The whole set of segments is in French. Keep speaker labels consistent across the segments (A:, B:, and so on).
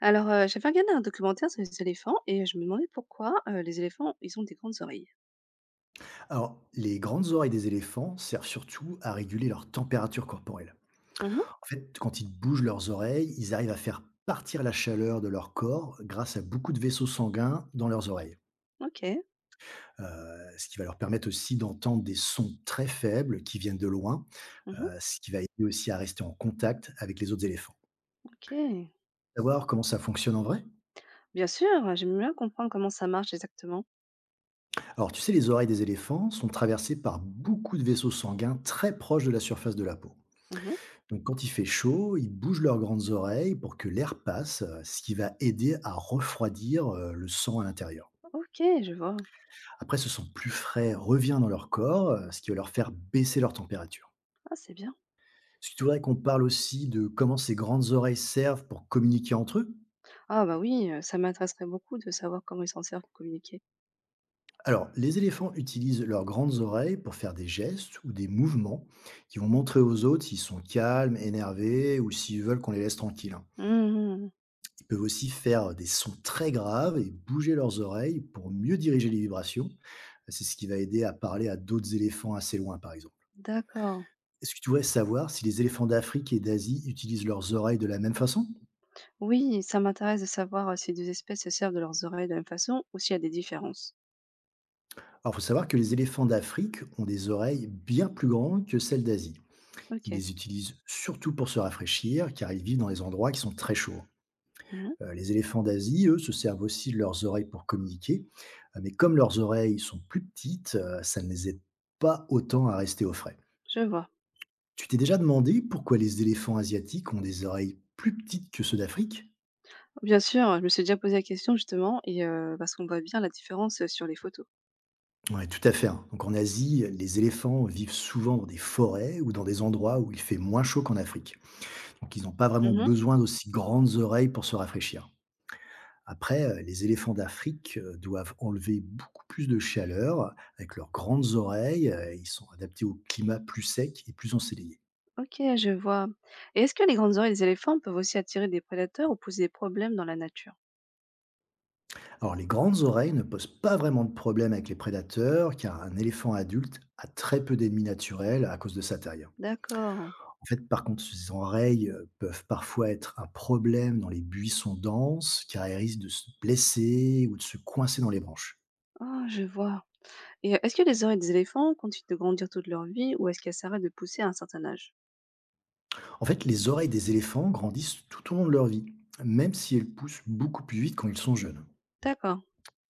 A: Alors, j'avais regardé un documentaire sur les éléphants et je me demandais pourquoi, les éléphants, ils ont des grandes oreilles.
B: Alors, les grandes oreilles des éléphants servent surtout à réguler leur température corporelle.
A: Mmh.
B: En fait, quand ils bougent leurs oreilles, ils arrivent à faire partir la chaleur de leur corps grâce à beaucoup de vaisseaux sanguins dans leurs oreilles.
A: OK.
B: Ce qui va leur permettre aussi d'entendre des sons très faibles qui viennent de loin,
A: Mmh.
B: ce qui va aider aussi à rester en contact avec les autres éléphants.
A: OK.
B: Savoir comment ça fonctionne en vrai.
A: Bien sûr, j'aime bien comprendre comment ça marche exactement.
B: Alors, tu sais, les oreilles des éléphants sont traversées par beaucoup de vaisseaux sanguins très proches de la surface de la peau.
A: Mmh.
B: Donc quand il fait chaud, ils bougent leurs grandes oreilles pour que l'air passe, ce qui va aider à refroidir, le sang à l'intérieur.
A: OK, je vois.
B: Après, ce sang plus frais revient dans leur corps, ce qui va leur faire baisser leur température.
A: Ah, c'est bien.
B: Est-ce que tu voudrais qu'on parle aussi de comment ces grandes oreilles servent pour communiquer entre eux?
A: Ah bah oui, ça m'intéresserait beaucoup de savoir comment ils s'en servent pour communiquer.
B: Alors, les éléphants utilisent leurs grandes oreilles pour faire des gestes ou des mouvements qui vont montrer aux autres s'ils sont calmes, énervés ou s'ils veulent qu'on les laisse tranquilles, hein.
A: Mmh.
B: Ils peuvent aussi faire des sons très graves et bouger leurs oreilles pour mieux diriger les vibrations. C'est ce qui va aider à parler à d'autres éléphants assez loin, par exemple.
A: D'accord.
B: Est-ce que tu voudrais savoir si les éléphants d'Afrique et d'Asie utilisent leurs oreilles de la même façon?
A: Oui, ça m'intéresse de savoir, si deux espèces se servent de leurs oreilles de la même façon ou s'il y a des différences.
B: Alors, il faut savoir que les éléphants d'Afrique ont des oreilles bien plus grandes que celles d'Asie. Ils
A: OK.
B: les utilisent surtout pour se rafraîchir, car ils vivent dans les endroits qui sont très chauds.
A: Mmh.
B: Les éléphants d'Asie, eux, se servent aussi de leurs oreilles pour communiquer, mais comme leurs oreilles sont plus petites, ça ne les aide pas autant à rester au frais.
A: Je vois.
B: Tu t'es déjà demandé pourquoi les éléphants asiatiques ont des oreilles plus petites que ceux d'Afrique?
A: Bien sûr, je me suis déjà posé la question justement et parce qu'on voit bien la différence, sur les photos.
B: Ouais, tout à fait, hein. Donc en Asie, les éléphants vivent souvent dans des forêts ou dans des endroits où il fait moins chaud qu'en Afrique. Donc ils n'ont pas vraiment
A: Mmh.
B: besoin d'aussi grandes oreilles pour se rafraîchir. Après, les éléphants d'Afrique, doivent enlever beaucoup plus de chaleur avec leurs grandes oreilles, ils sont adaptés au climat plus sec et plus ensoleillé.
A: OK, je vois. Et est-ce que les grandes oreilles des éléphants peuvent aussi attirer des prédateurs ou poser des problèmes dans la nature?
B: Alors, les grandes oreilles ne posent pas vraiment de problème avec les prédateurs, car un éléphant adulte a très peu d'ennemis naturels à cause de sa taille.
A: D'accord.
B: En fait, par contre, ces oreilles, peuvent parfois être un problème dans les buissons denses, car elles risquent de se blesser ou de se coincer dans les branches.
A: Ah, je vois. Et est-ce que les oreilles des éléphants continuent de grandir toute leur vie ou est-ce qu'elles s'arrêtent de pousser à un certain âge?
B: En fait, les oreilles des éléphants grandissent tout au long de leur vie, même si elles poussent beaucoup plus vite quand ils sont jeunes.
A: D'accord,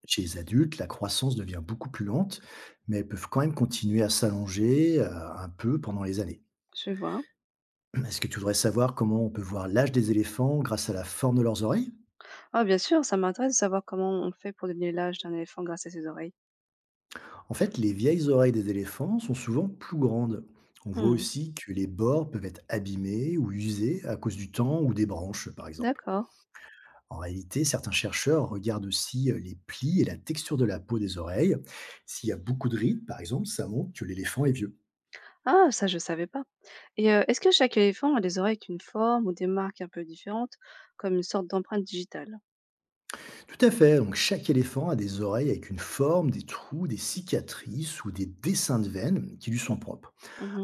B: Chez les adultes, la croissance devient beaucoup plus lente, mais elles peuvent quand même continuer à s'allonger un peu pendant les années.
A: je vois.
B: Est-ce que tu voudrais savoir comment on peut voir l'âge des éléphants grâce à la forme de leurs oreilles?
A: Ah, bien sûr, ça m'intéresse de savoir comment on fait pour deviner l'âge d'un éléphant grâce à ses oreilles.
B: En fait, les vieilles oreilles des éléphants sont souvent plus grandes. On voit
A: Mmh,
B: aussi que les bords peuvent être abîmés ou usés à cause du temps ou des branches, par exemple.
A: d'accord.
B: En réalité, certains chercheurs regardent aussi les plis et la texture de la peau des oreilles. S'il y a beaucoup de rides, par exemple, ça montre que l'éléphant est vieux.
A: Ah, ça, je savais pas. Et est-ce que chaque éléphant a des oreilles avec une forme ou des marques un peu différentes, comme une sorte d'empreinte digitale?
B: Tout à fait, donc chaque éléphant a des oreilles avec une forme, des trous, des cicatrices ou des dessins de veines qui lui sont propres.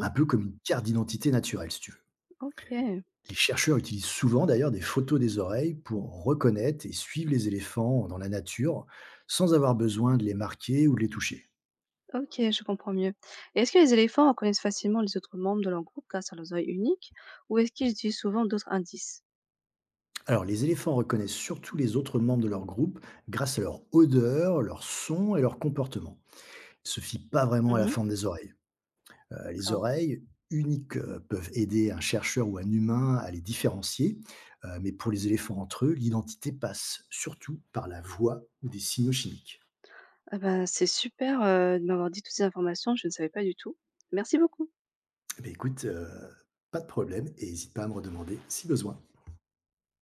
B: Un peu comme une carte d'identité naturelle, si tu veux.
A: OK.
B: Les chercheurs utilisent souvent d'ailleurs des photos des oreilles pour reconnaître et suivre les éléphants dans la nature sans avoir besoin de les marquer ou de les toucher.
A: OK, je comprends mieux. Et est-ce que les éléphants reconnaissent facilement les autres membres de leur groupe grâce à leurs oreilles uniques ou est-ce qu'ils utilisent souvent d'autres indices?
B: Alors, les éléphants reconnaissent surtout les autres membres de leur groupe grâce à leur odeur, leur son et leur comportement. Ils se fient pas vraiment à la
A: Mhm,
B: forme des oreilles. Les
A: d'accord.
B: oreilles uniques peuvent aider un chercheur ou un humain à les différencier, mais pour les éléphants entre eux, l'identité passe surtout par la voix ou des signaux chimiques.
A: Ah ben, c'est super, de m'avoir dit toutes ces informations, je ne savais pas du tout. Merci beaucoup.
B: Eh bien, écoute, pas de problème et n'hésite pas à me redemander si besoin.